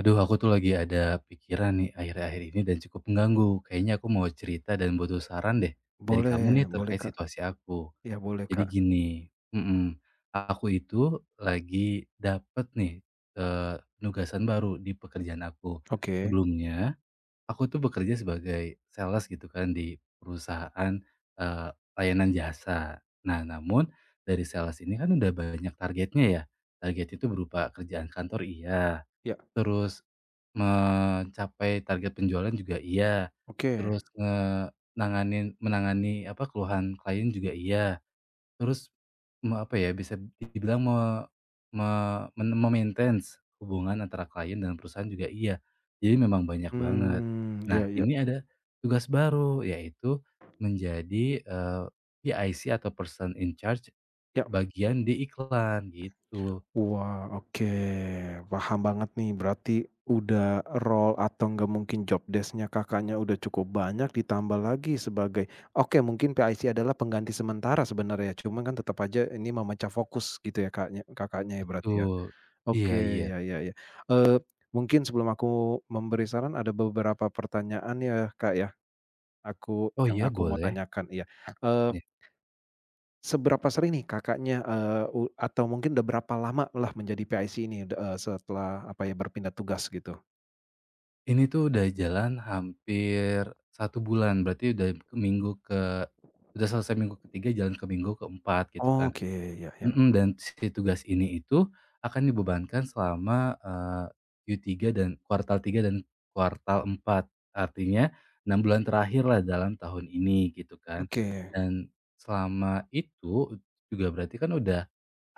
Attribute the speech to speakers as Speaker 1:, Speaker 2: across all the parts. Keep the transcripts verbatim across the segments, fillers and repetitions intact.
Speaker 1: Aduh, aku tuh lagi ada pikiran nih akhir-akhir ini dan cukup mengganggu. Kayaknya aku mau cerita dan butuh saran deh dari
Speaker 2: Boleh
Speaker 1: kamu nih
Speaker 2: boleh,
Speaker 1: terkait
Speaker 2: Kak.
Speaker 1: situasi aku.
Speaker 2: Ya boleh,
Speaker 1: Jadi
Speaker 2: Kak.
Speaker 1: gini, mm-mm, aku itu lagi dapet nih eh, penugasan baru di pekerjaan aku.
Speaker 2: Oke.
Speaker 1: Sebelumnya, aku tuh bekerja sebagai sales gitu kan di perusahaan eh, layanan jasa. Nah, namun dari sales ini kan udah banyak targetnya ya. Target itu berupa kerjaan kantor, iya.
Speaker 2: Ya.
Speaker 1: Terus mencapai target penjualan juga iya,
Speaker 2: Oke.
Speaker 1: terus ngenanganin menangani, apa, keluhan klien juga iya, terus me apa ya, bisa dibilang me me men me hubungan antara klien dan perusahaan juga iya. Jadi memang banyak banget.
Speaker 2: Mmm, ya,
Speaker 1: Nah,
Speaker 2: ya,
Speaker 1: ini ada tugas baru, yaitu menjadi, eee, P I C atau person in charge
Speaker 2: ya.
Speaker 1: bagian di iklan, gitu.
Speaker 2: Wah, oke. Paham banget nih, berarti udah role atau enggak mungkin job desk-nya Kakaknya udah cukup banyak, ditambah lagi sebagai oke mungkin P I C adalah pengganti sementara sebenarnya, cuma kan tetap aja ini memecah fokus gitu ya, Kaknya Kakaknya ya berarti ya?
Speaker 1: Betul. Iya,
Speaker 2: Oke,
Speaker 1: iya.
Speaker 2: ya ya ya. Eee, Mungkin sebelum aku memberi saran ada beberapa pertanyaan ya, Kak, ya? Aku
Speaker 1: Oh,
Speaker 2: yang
Speaker 1: iya,
Speaker 2: aku mau
Speaker 1: boleh?
Speaker 2: tanyakan, iya. Eee,
Speaker 1: Iya.
Speaker 2: Seberapa sering nih Kakaknya, eee, u atau mungkin udah berapa lama lah menjadi P I C ini, d eee, setelah apa ya, berpindah tugas gitu?
Speaker 1: Ini tuh udah jalan hampir satu bulan, berarti udah ke minggu ke udah selesai minggu ketiga, jalan ke minggu keempat gitu kan.
Speaker 2: Oke, ya ya.
Speaker 1: Mhm, dan si tugas ini itu akan dibebankan selama, eee, Q tiga dan kuartal tiga dan kuartal empat. Artinya enam bulan terakhir lah dalam tahun ini gitu kan.
Speaker 2: Oke.
Speaker 1: Dan selama itu juga berarti kan udah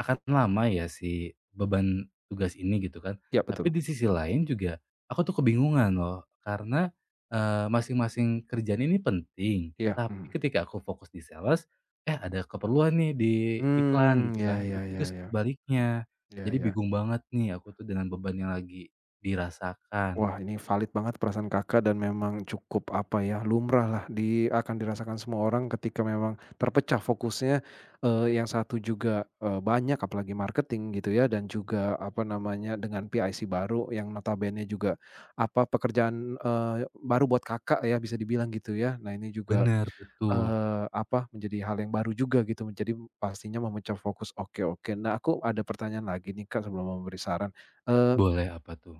Speaker 1: akan lama ya si beban tugas ini gitu kan.
Speaker 2: Ya
Speaker 1: Tapi
Speaker 2: betul.
Speaker 1: di sisi lain juga aku tuh kebingungan loh karena, eee, masing-masing kerjaan ini penting,
Speaker 2: Iya,
Speaker 1: tapi
Speaker 2: mhm.
Speaker 1: ketika aku fokus di sales. Eh, ada keperluan nih di iklan
Speaker 2: Mmm,
Speaker 1: gitu
Speaker 2: ya
Speaker 1: kan,
Speaker 2: ya
Speaker 1: begitu
Speaker 2: ya
Speaker 1: juga
Speaker 2: ya.
Speaker 1: sebaliknya.
Speaker 2: Ya
Speaker 1: Jadi
Speaker 2: ya.
Speaker 1: bingung banget nih aku tuh dengan beban yang lagi dirasakan.
Speaker 2: Wah, ini valid banget perasaan Kakak dan memang cukup apa ya, lumrah lah di akan dirasakan semua orang ketika memang terpecah fokusnya, eee, yang satu juga, eee, banyak apalagi marketing gitu ya dan juga apa namanya, dengan P I C baru yang notabene juga apa, pekerjaan, eee, baru buat Kakak ya bisa dibilang gitu ya. Nah ini juga,
Speaker 1: Bener, betul.
Speaker 2: eee, apa, menjadi hal yang baru juga gitu menjadi pastinya memecah fokus, oke oke. Nah aku ada pertanyaan lagi nih Kak sebelum memberi saran. Eh,
Speaker 1: Boleh, apa tuh?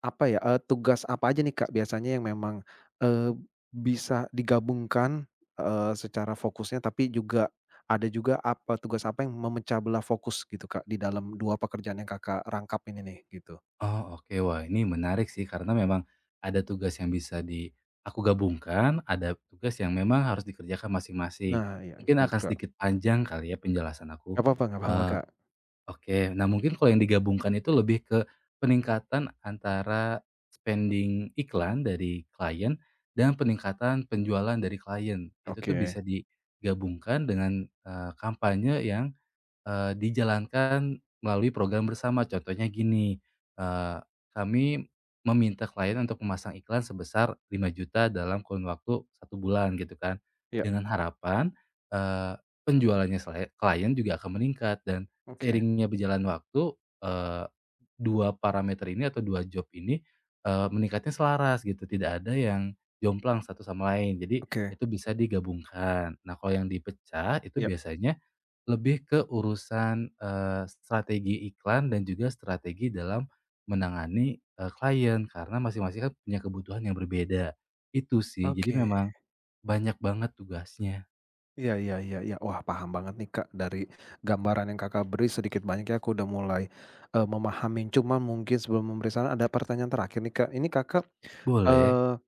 Speaker 2: apa ya, eee, tugas apa aja nih, Kak, biasanya yang memang, eee, bisa digabungkan, eee, secara fokusnya tapi juga ada juga apa tugas apa yang memecah belah fokus gitu, Kak, di dalam dua pekerjaan yang Kakak rangkap ini nih gitu?
Speaker 1: Oh, oke, wah ini menarik sih karena memang ada tugas yang bisa di aku gabungkan, ada tugas yang memang harus dikerjakan masing-masing.
Speaker 2: Nah, iya
Speaker 1: Mungkin
Speaker 2: gimana tuh,
Speaker 1: akan
Speaker 2: Kak?
Speaker 1: sedikit panjang kali ya penjelasan
Speaker 2: Nggak
Speaker 1: aku,
Speaker 2: apa-apa nggak apa-apa,
Speaker 1: eee
Speaker 2: Kak.
Speaker 1: Oke. Nah, mungkin kalau yang digabungkan itu lebih ke peningkatan antara spending iklan dari klien dan peningkatan penjualan dari klien. Itu tuh
Speaker 2: Oke.
Speaker 1: bisa digabungkan dengan, eee, kampanye yang Eee, dijalankan melalui program bersama. Contohnya gini, eee, kami meminta klien untuk memasang iklan sebesar lima juta dalam kurun waktu satu bulan gitu kan.
Speaker 2: Iya,
Speaker 1: Dengan harapan, eee, penjualannya selae klien juga akan meningkat dan
Speaker 2: oke
Speaker 1: seiringnya berjalan waktu, eee, dua parameter ini atau dua job ini, eee, meningkatnya selaras gitu, tidak ada yang jomplang satu sama lain. Jadi
Speaker 2: oke.
Speaker 1: itu bisa digabungkan. Nah, kalau yang dipecah itu
Speaker 2: Iya,
Speaker 1: biasanya lebih ke urusan, eee, strategi iklan dan juga strategi dalam menangani, eee, klien karena masing-masing kan punya kebutuhan yang berbeda, itu sih. Jadi
Speaker 2: oke.
Speaker 1: memang banyak banget tugasnya.
Speaker 2: Iya iya iya iya. Wah, paham banget nih, Kak, dari gambaran yang Kakak beri sedikit banyak ya aku udah mulai, eee, memahami. Cuman mungkin sebelum memberi saran ada pertanyaan terakhir nih, Kak. Ini Kakak,
Speaker 1: Boleh.
Speaker 2: eee,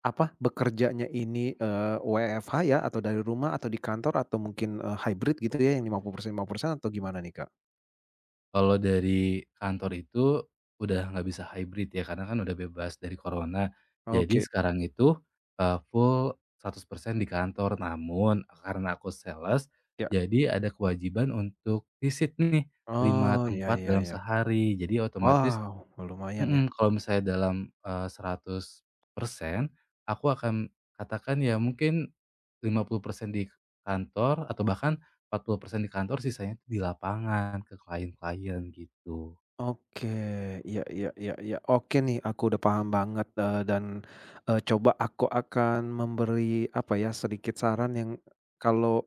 Speaker 2: apa, bekerjanya ini, eee, W F H ya atau dari rumah atau di kantor atau mungkin, eee, hybrid gitu ya yang lima lima puluh persen lima puluh persen atau gimana nih, Kak?
Speaker 1: Kalau dari kantor itu udah nggak bisa hybrid ya, karena kan udah bebas dari corona. Jadi
Speaker 2: Oke,
Speaker 1: sekarang itu, eee, full seratus persen di kantor, namun karena aku sales,
Speaker 2: ya.
Speaker 1: jadi ada kewajiban untuk visit nih lima
Speaker 2: Oh, iya
Speaker 1: tempat
Speaker 2: iya
Speaker 1: dalam
Speaker 2: iya.
Speaker 1: sehari. Jadi otomatis.
Speaker 2: Wow, lumayan ya.
Speaker 1: Mhm, kalau misalnya dalam, eh, seratus persen, aku akan katakan ya mungkin lima puluh persen di kantor atau bahkan empat puluh persen di kantor, sisanya tuh di lapangan ke klien-klien gitu.
Speaker 2: Oke, iya iya iya iya. Oke nih, aku udah paham banget, eee, dan, eee, coba aku akan memberi, apa ya, sedikit saran yang kalau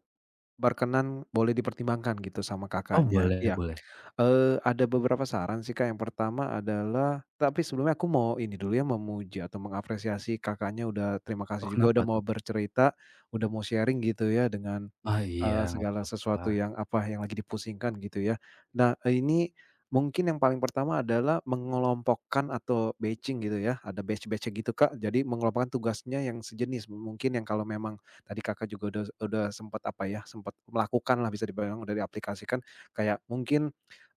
Speaker 2: berkenan boleh dipertimbangkan gitu sama
Speaker 1: Oh,
Speaker 2: Kakaknya.
Speaker 1: boleh,
Speaker 2: Iya,
Speaker 1: boleh.
Speaker 2: eee, ada beberapa saran sih, Kak. Yang pertama adalah tapi sebelumnya aku mau ini dulu ya, memuji atau mengapresiasi Kakaknya udah terima
Speaker 1: Oh,
Speaker 2: kasih juga udah
Speaker 1: kenapa
Speaker 2: mau
Speaker 1: tuh?
Speaker 2: bercerita, udah mau sharing gitu ya dengan.
Speaker 1: Ah, iya,
Speaker 2: Eee,
Speaker 1: nggak
Speaker 2: segala sesuatu
Speaker 1: apa-apa.
Speaker 2: yang apa, yang lagi dipusingkan gitu ya. Nah, ini mungkin yang paling pertama adalah mengelompokkan atau batching gitu ya, ada batch-batch-nya gitu, Kak. Jadi mengelompokkan tugasnya yang sejenis, mungkin yang kalau memang tadi Kakak juga udah udah sempat apa ya, sempet melakukanlah bisa dibilang udah diaplikasikan, kayak mungkin,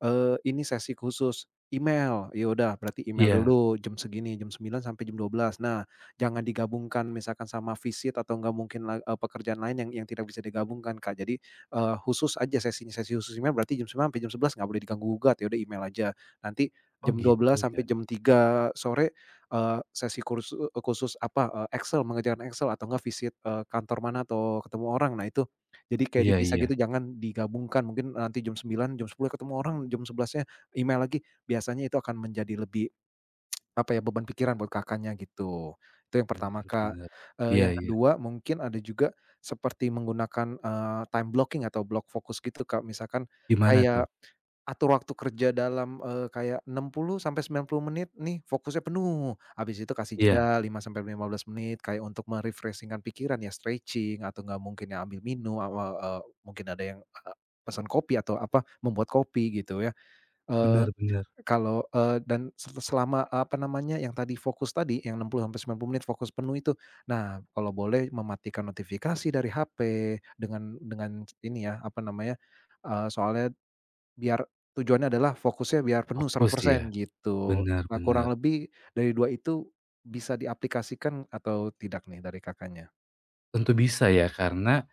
Speaker 2: eee, ini sesi khusus email, ya udah berarti email
Speaker 1: Iya.
Speaker 2: dulu jam segini, jam sembilan sampai jam dua belas. Nah, jangan digabungkan misalkan sama visit atau nggak mungkin la eee, pekerjaan lain yang yang tidak bisa digabungkan, Kak. Jadi, eee, khusus aja sesinya, sesi khusus email berarti jam sembilan sampai jam sebelas nggak boleh diganggu gugat, ya udah email aja. Nanti
Speaker 1: Oh
Speaker 2: jam dua belas
Speaker 1: gitu
Speaker 2: sampai
Speaker 1: ya.
Speaker 2: jam tiga sore, eee, sesi kursu eh, khusus apa, eee, Excel, mengerjakan Excel atau enggak visit, eee, kantor mana atau ketemu orang. Nah itu, jadi kayak
Speaker 1: Iya,
Speaker 2: dipisah
Speaker 1: iya.
Speaker 2: gitu jangan digabungkan, mungkin nanti jam sembilan jam sepuluh ketemu orang, jam sebelasnya email lagi. Biasanya itu akan menjadi lebih apa ya, beban pikiran buat Kakaknya gitu. Itu yang pertama,
Speaker 1: Bener,
Speaker 2: Kak.
Speaker 1: bener.
Speaker 2: Eee,
Speaker 1: Iya,
Speaker 2: yang
Speaker 1: iya.
Speaker 2: kedua mungkin ada juga seperti menggunakan, eee, time blocking atau block fokus gitu, Kak. Misalkan
Speaker 1: Gimana tuh?
Speaker 2: kayak atur waktu kerja dalam, eee, kayak enam puluh sampai sembilan puluh menit nih fokusnya penuh, habis itu kasih
Speaker 1: Iya.
Speaker 2: jeda lima sampai lima belas menit kayak untuk me-refreshing-kan pikiran ya stretching atau nggak mungkin ya ambil minum, eee eee, mungkin ada yang, eee, pesan kopi atau apa, membuat kopi gitu ya. Eee,
Speaker 1: Bener, bener.
Speaker 2: kalau, eee, dan se selama, apa namanya, yang tadi fokus tadi, yang enam puluh sampai sembilan puluh menit fokus penuh itu. Nah, kalau boleh mematikan notifikasi dari H P dengan dengan ini ya, apa namanya, eee, soalnya biar tujuannya adalah fokusnya biar penuh seratus
Speaker 1: Fokus ya.
Speaker 2: persen gitu.
Speaker 1: Bener,
Speaker 2: Nah, kurang
Speaker 1: bener.
Speaker 2: lebih dari dua itu bisa diaplikasikan atau tidak nih dari Kakaknya?
Speaker 1: Tentu bisa ya karena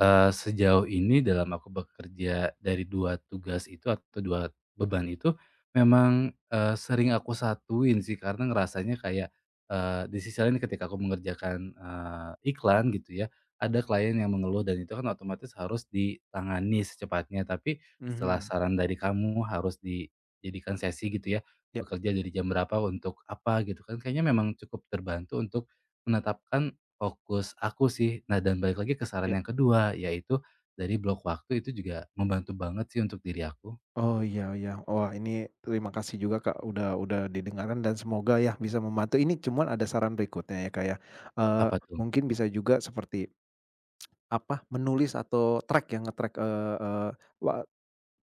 Speaker 1: Eee, sejauh ini dalam aku bekerja dari dua tugas itu atau dua beban itu memang, eee, sering aku satuin sih karena ngerasanya kayak, eee, di sisi lain ketika aku mengerjakan, eee, iklan gitu ya, ada klien yang mengeluh dan itu kan otomatis harus ditangani secepatnya. Tapi setelah
Speaker 2: Mhm,
Speaker 1: saran dari kamu harus dijadikan sesi gitu ya,
Speaker 2: ya ya.
Speaker 1: bekerja dari jam berapa untuk apa gitu kan, kayaknya memang cukup terbantu untuk menetapkan fokus aku sih. Nah dan balik lagi ke saran yang kedua, yaitu dari blok waktu itu juga membantu banget sih untuk diri aku.
Speaker 2: Oh, iya iya. Wah, ini terima kasih juga, Kak, udah udah didengarkan dan semoga ya bisa membantu. Ini cuman ada saran berikutnya ya, Kak, ya. Eee,
Speaker 1: Apa tuh?
Speaker 2: mungkin bisa juga seperti, apa, menulis atau track yang ngetrack, track eee wa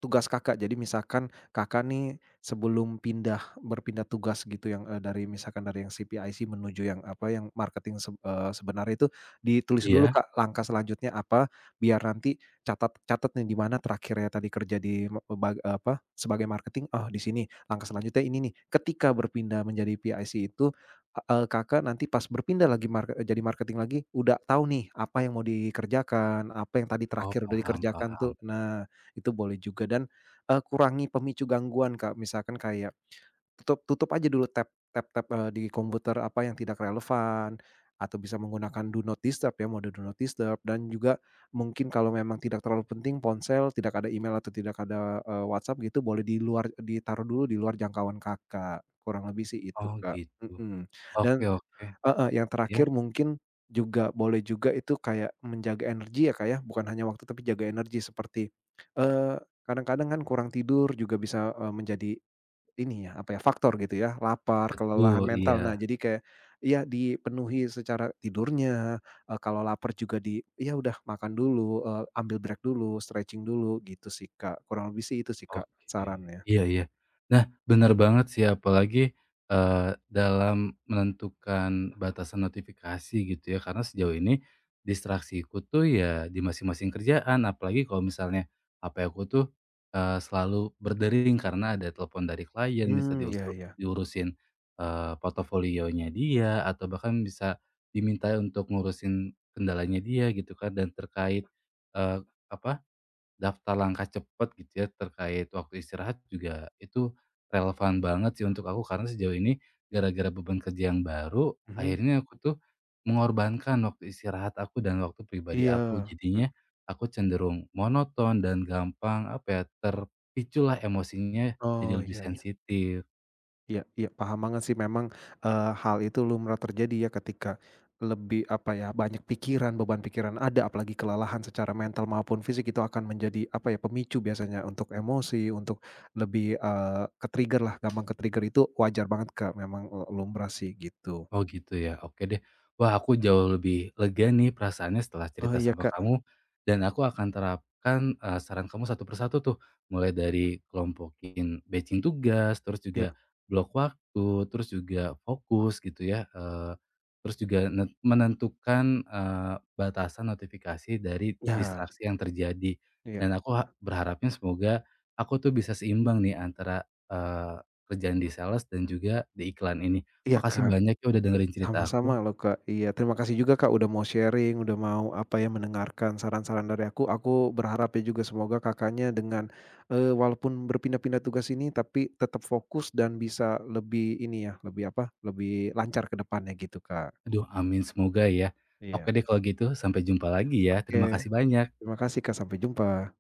Speaker 2: tugas Kakak, jadi misalkan Kakak nih sebelum pindah berpindah tugas gitu yang, eee, dari misalkan dari yang C P I C menuju yang apa, yang marketing seb eee, sebenarnya itu ditulis dulu
Speaker 1: Iya?
Speaker 2: Kak langkah selanjutnya apa, biar nanti catat catat nih di mana terakhirnya tadi kerja di me bag eh, apa, sebagai marketing, oh di sini, langkah selanjutnya ini nih. Ketika berpindah menjadi P I C itu, e eee, Kakak nanti pas berpindah lagi marke jadi marketing lagi, udah tahu nih apa yang mau dikerjakan, apa yang tadi
Speaker 1: Oh,
Speaker 2: terakhir udah
Speaker 1: paham,
Speaker 2: dikerjakan tuh.
Speaker 1: paham.
Speaker 2: Nah itu boleh juga dan, eee, kurangi pemicu gangguan, Kak. Misalkan kayak tutup tutup aja dulu tab tab-tab, eee, di komputer apa yang tidak relevan atau bisa menggunakan do not disturb ya, mode do not disturb dan juga mungkin kalau memang tidak terlalu penting ponsel, tidak ada email atau tidak ada, eee, WhatsApp gitu boleh di luar ditaruh dulu di luar jangkauan Kakak, kurang lebih sih itu,
Speaker 1: Oh
Speaker 2: Kak.
Speaker 1: gitu.
Speaker 2: Mhm, dan
Speaker 1: Oke, oke.
Speaker 2: heeh, yang
Speaker 1: Iya?
Speaker 2: terakhir mungkin juga boleh juga itu kayak menjaga energi ya, Kak, ya, bukan hanya waktu tapi jaga energi seperti, eee, kadang-kadang kan kurang tidur juga bisa, eee, menjadi ini ya, apa ya, faktor gitu ya, lapar, kelelahan
Speaker 1: Betul,
Speaker 2: mental. Nah,
Speaker 1: iya.
Speaker 2: jadi kayak ya dipenuhi secara tidurnya, eee, kalau lapar juga di ya udah makan dulu, eee, ambil break dulu, stretching dulu gitu sih, Kak. Kurang lebih sih itu sih, Kak,
Speaker 1: Oke,
Speaker 2: sarannya.
Speaker 1: iya, iya. Nah, benar banget sih apalagi, eee, dalam menentukan batasan notifikasi gitu ya, karena sejauh ini distraksiku tuh ya di masing-masing kerjaan, apalagi kalau misalnya H P aku tuh, eee, selalu berdering karena ada telepon dari klien, bisa
Speaker 2: Mmm, ya
Speaker 1: diusu
Speaker 2: ya.
Speaker 1: diurusin, eee, portofolionya dia atau bahkan bisa diminta untuk ngurusin kendalanya dia gitu kan dan terkait, eee, apa, daftar langkah cepat gitu ya, terkait waktu istirahat juga itu relevan banget sih untuk aku, karena sejauh ini gara-gara beban kerja yang baru,
Speaker 2: Mhm.
Speaker 1: akhirnya aku tuh mengorbankan waktu istirahat aku dan waktu pribadi aku.
Speaker 2: Iya. M
Speaker 1: Jadinya aku cenderung monoton dan gampang, apa ya, terpiculah emosinya jadi
Speaker 2: oh,
Speaker 1: lebih
Speaker 2: iya iya.
Speaker 1: sensitif.
Speaker 2: Iya iya, paham banget sih memang, eee, hal itu lumrah terjadi ya ketika lebih, apa ya, banyak pikiran, beban pikiran ada, apalagi kelelahan secara mental maupun fisik itu akan menjadi, apa ya, pemicu biasanya untuk emosi, untuk lebih, eee, ke-trigger lah, gampang ke-trigger itu wajar banget Kak, memang, lumrah sih gitu.
Speaker 1: Oh gitu ya, oke deh. Wah, aku jauh lebih lega nih perasaannya setelah
Speaker 2: Oh
Speaker 1: cerita
Speaker 2: iya
Speaker 1: sama
Speaker 2: Kak,
Speaker 1: kamu, dan aku akan terapkan eh, saran kamu satu persatu tuh, mulai dari kelompokin batching tugas, terus juga
Speaker 2: iya,
Speaker 1: blok waktu, terus juga fokus gitu ya, eh, terus juga ne- menentukan eh, batasan notifikasi dari
Speaker 2: ya,
Speaker 1: distraksi yang terjadi.
Speaker 2: iya,
Speaker 1: Dan aku ha- berharapnya semoga aku tuh bisa seimbang nih antara eh, kerjaan di sales dan juga di iklan ini.
Speaker 2: iya
Speaker 1: Makasih
Speaker 2: Kak.
Speaker 1: banyak ya udah dengerin cerita aku.
Speaker 2: Sama-sama loh Kak, iya terima kasih juga Kak udah mau sharing, udah mau apa ya, mendengarkan saran-saran dari aku. Aku berharap ya juga semoga Kakaknya dengan, eee, walaupun berpindah-pindah tugas ini tapi tetap fokus dan bisa lebih ini ya, lebih apa, lebih lancar ke depannya gitu Kak.
Speaker 1: Aduh, amin, semoga ya. Oke
Speaker 2: Iya.
Speaker 1: deh, kalau gitu sampai jumpa lagi ya.
Speaker 2: Oke,
Speaker 1: Terima kasih banyak.
Speaker 2: terima kasih Kak, sampai jumpa.